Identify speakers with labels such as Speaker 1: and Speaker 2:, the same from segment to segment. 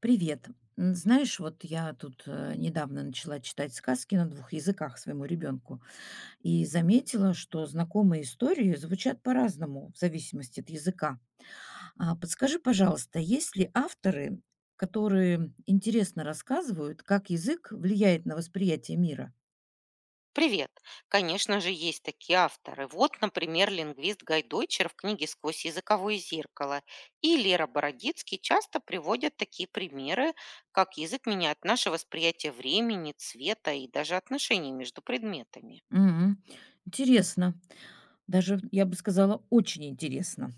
Speaker 1: Привет. Знаешь, вот я тут недавно начала читать сказки на двух языках своему ребенку и заметила, что знакомые истории звучат по-разному в зависимости от языка. А подскажи, пожалуйста, есть ли авторы, которые интересно рассказывают, как язык влияет на восприятие мира?
Speaker 2: Привет! Конечно же, есть такие авторы. Вот, например, лингвист Гай Дойчер в книге «Сквозь языковое зеркало» и Лера Бородицкий часто приводят такие примеры, как язык меняет наше восприятие времени, цвета и даже отношений между предметами.
Speaker 1: Мгм. Интересно. Даже, я бы сказала, очень интересно.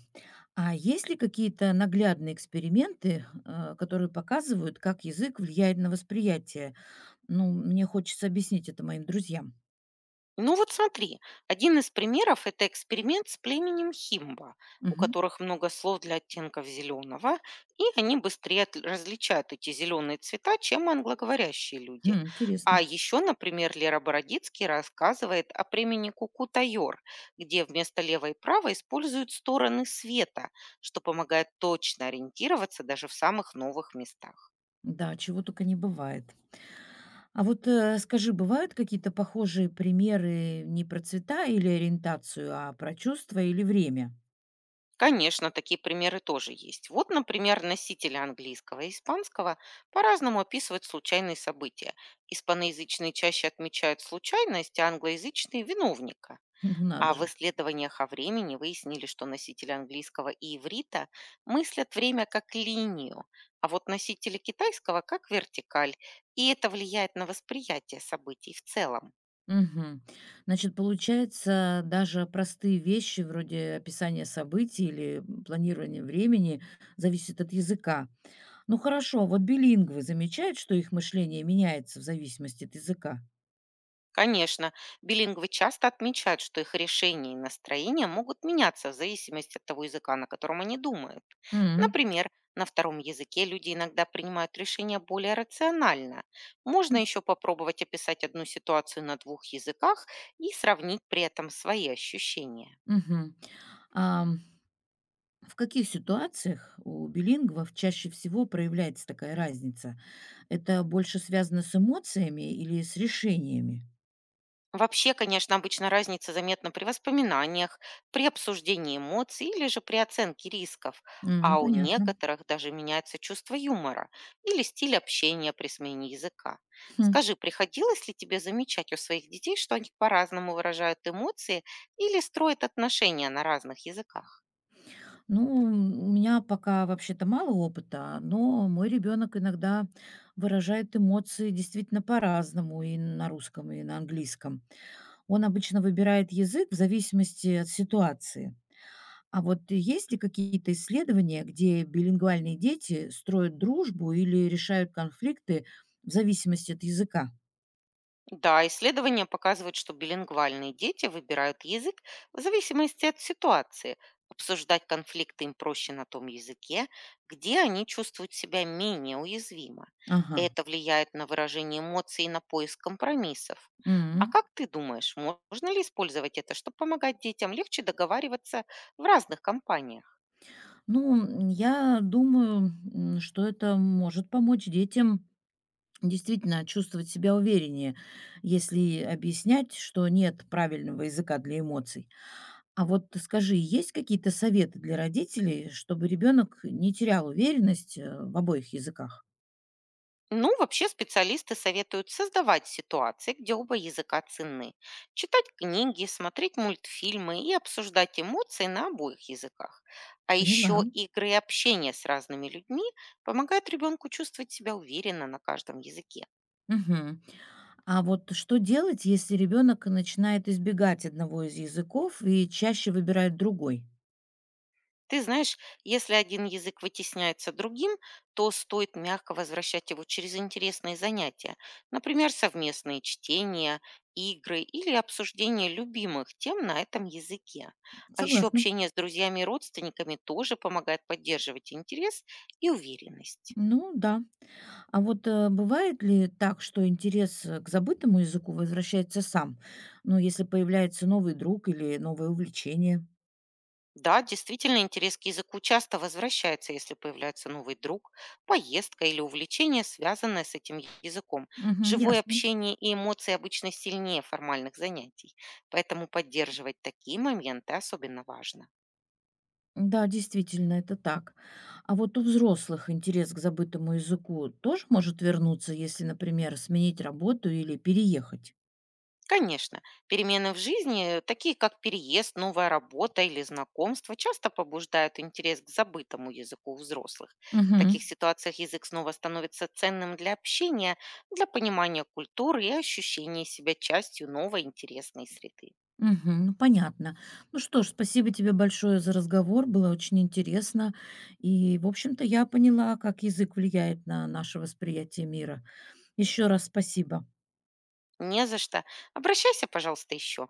Speaker 1: А есть ли какие-то наглядные эксперименты, которые показывают, как язык влияет на восприятие? Ну, мне хочется объяснить это моим друзьям.
Speaker 2: Ну вот смотри, один из примеров — это эксперимент с племенем Химба, у
Speaker 1: Мгм.
Speaker 2: которых много слов для оттенков зеленого, и они быстрее различают эти зеленые цвета, чем англоговорящие люди.
Speaker 1: Хм,
Speaker 2: А
Speaker 1: интересно.
Speaker 2: еще, например, Лера Бородицкий рассказывает о племени Кукутайор, где вместо левой и правой используют стороны света, что помогает точно ориентироваться даже в самых новых местах.
Speaker 1: Да, чего только не бывает. А вот скажи, бывают какие-то похожие примеры не про цвета или ориентацию, а про чувство или время?
Speaker 2: Конечно, такие примеры тоже есть. Вот, например, носители английского и испанского по-разному описывают случайные события. Испаноязычные чаще отмечают случайность, а англоязычные — виновника.
Speaker 1: Ну, надо
Speaker 2: А в
Speaker 1: же.
Speaker 2: исследованиях о времени выяснили, что носители английского и иврита мыслят время как линию, а вот носители китайского как вертикаль, и это влияет на восприятие событий в целом.
Speaker 1: Мгм. Значит, получается, даже простые вещи вроде описания событий или планирования времени зависят от языка. Ну хорошо, а вот билингвы замечают, что их мышление меняется в зависимости от языка?
Speaker 2: Конечно, билингвы часто отмечают, что их решения и настроения могут меняться в зависимости от того языка, на котором они думают.
Speaker 1: М.
Speaker 2: Например, на втором языке люди иногда принимают решения более рационально. Можно еще попробовать описать одну ситуацию на двух языках и сравнить при этом свои ощущения.
Speaker 1: Мгм. Ам, в каких ситуациях у билингвов чаще всего проявляется такая разница? Это больше связано с эмоциями или с решениями?
Speaker 2: Вообще, конечно, обычно разница заметна при воспоминаниях, при обсуждении эмоций или же при оценке рисков,
Speaker 1: М,
Speaker 2: а у
Speaker 1: понятно.
Speaker 2: некоторых даже меняется чувство юмора или стиль общения при смене языка.
Speaker 1: Хм.
Speaker 2: Скажи, приходилось ли тебе замечать у своих детей, что они по-разному выражают эмоции или строят отношения на разных языках?
Speaker 1: Ну, у меня пока вообще-то мало опыта, но мой ребенок иногда выражает эмоции действительно по-разному и на русском, и на английском. Он обычно выбирает язык в зависимости от ситуации. А вот есть ли какие-то исследования, где билингвальные дети строят дружбу или решают конфликты в зависимости от языка?
Speaker 2: Да, исследования показывают, что билингвальные дети выбирают язык в зависимости от ситуации. Обсуждать конфликты им проще на том языке, где они чувствуют себя менее уязвимо.
Speaker 1: Ага.
Speaker 2: Это влияет на выражение эмоций и на поиск компромиссов. А
Speaker 1: М.
Speaker 2: как ты думаешь, можно ли использовать это, чтобы помогать детям легче договариваться в разных компаниях?
Speaker 1: Ну, я думаю, что это может помочь детям действительно чувствовать себя увереннее, если объяснять, что нет правильного языка для эмоций. А вот скажи, есть какие-то советы для родителей, чтобы ребенок не терял уверенность в обоих языках?
Speaker 2: Ну, вообще специалисты советуют создавать ситуации, где оба языка ценны, читать книги, смотреть мультфильмы и обсуждать эмоции на обоих языках. А
Speaker 1: Поняла.
Speaker 2: еще игры и общение с разными людьми помогают ребенку чувствовать себя уверенно на каждом языке.
Speaker 1: Мгм. А вот что делать, если ребенок начинает избегать одного из языков и чаще выбирает другой?
Speaker 2: Ты знаешь, если один язык вытесняется другим, то стоит мягко возвращать его через интересные занятия, например, совместные чтения, игры или обсуждение любимых тем на этом языке. А еще
Speaker 1: Согласна.
Speaker 2: общение с друзьями и родственниками тоже помогает поддерживать интерес и уверенность.
Speaker 1: Ну да. А вот бывает ли так, что интерес к забытому языку возвращается сам? Ну, если появляется новый друг или новое увлечение?
Speaker 2: Да, действительно, интерес к языку часто возвращается, если появляется новый друг, поездка или увлечение, связанное с этим языком.
Speaker 1: Мгм,
Speaker 2: Живое
Speaker 1: ясно.
Speaker 2: общение и эмоции обычно сильнее формальных занятий, поэтому поддерживать такие моменты особенно важно.
Speaker 1: Да, действительно, это так. А вот у взрослых интерес к забытому языку тоже может вернуться, если, например, сменить работу или переехать?
Speaker 2: Конечно, перемены в жизни, такие как переезд, новая работа или знакомство, часто побуждают интерес к забытому языку у взрослых. В таких
Speaker 1: Мгм.
Speaker 2: ситуациях язык снова становится ценным для общения, для понимания культуры и ощущения себя частью новой интересной среды.
Speaker 1: Мгм. Ну, понятно. Ну что ж, спасибо тебе большое за разговор, было очень интересно. И, в общем-то, я поняла, как язык влияет на наше восприятие мира. Еще раз спасибо.
Speaker 2: Не за что. Обращайся, пожалуйста, еще.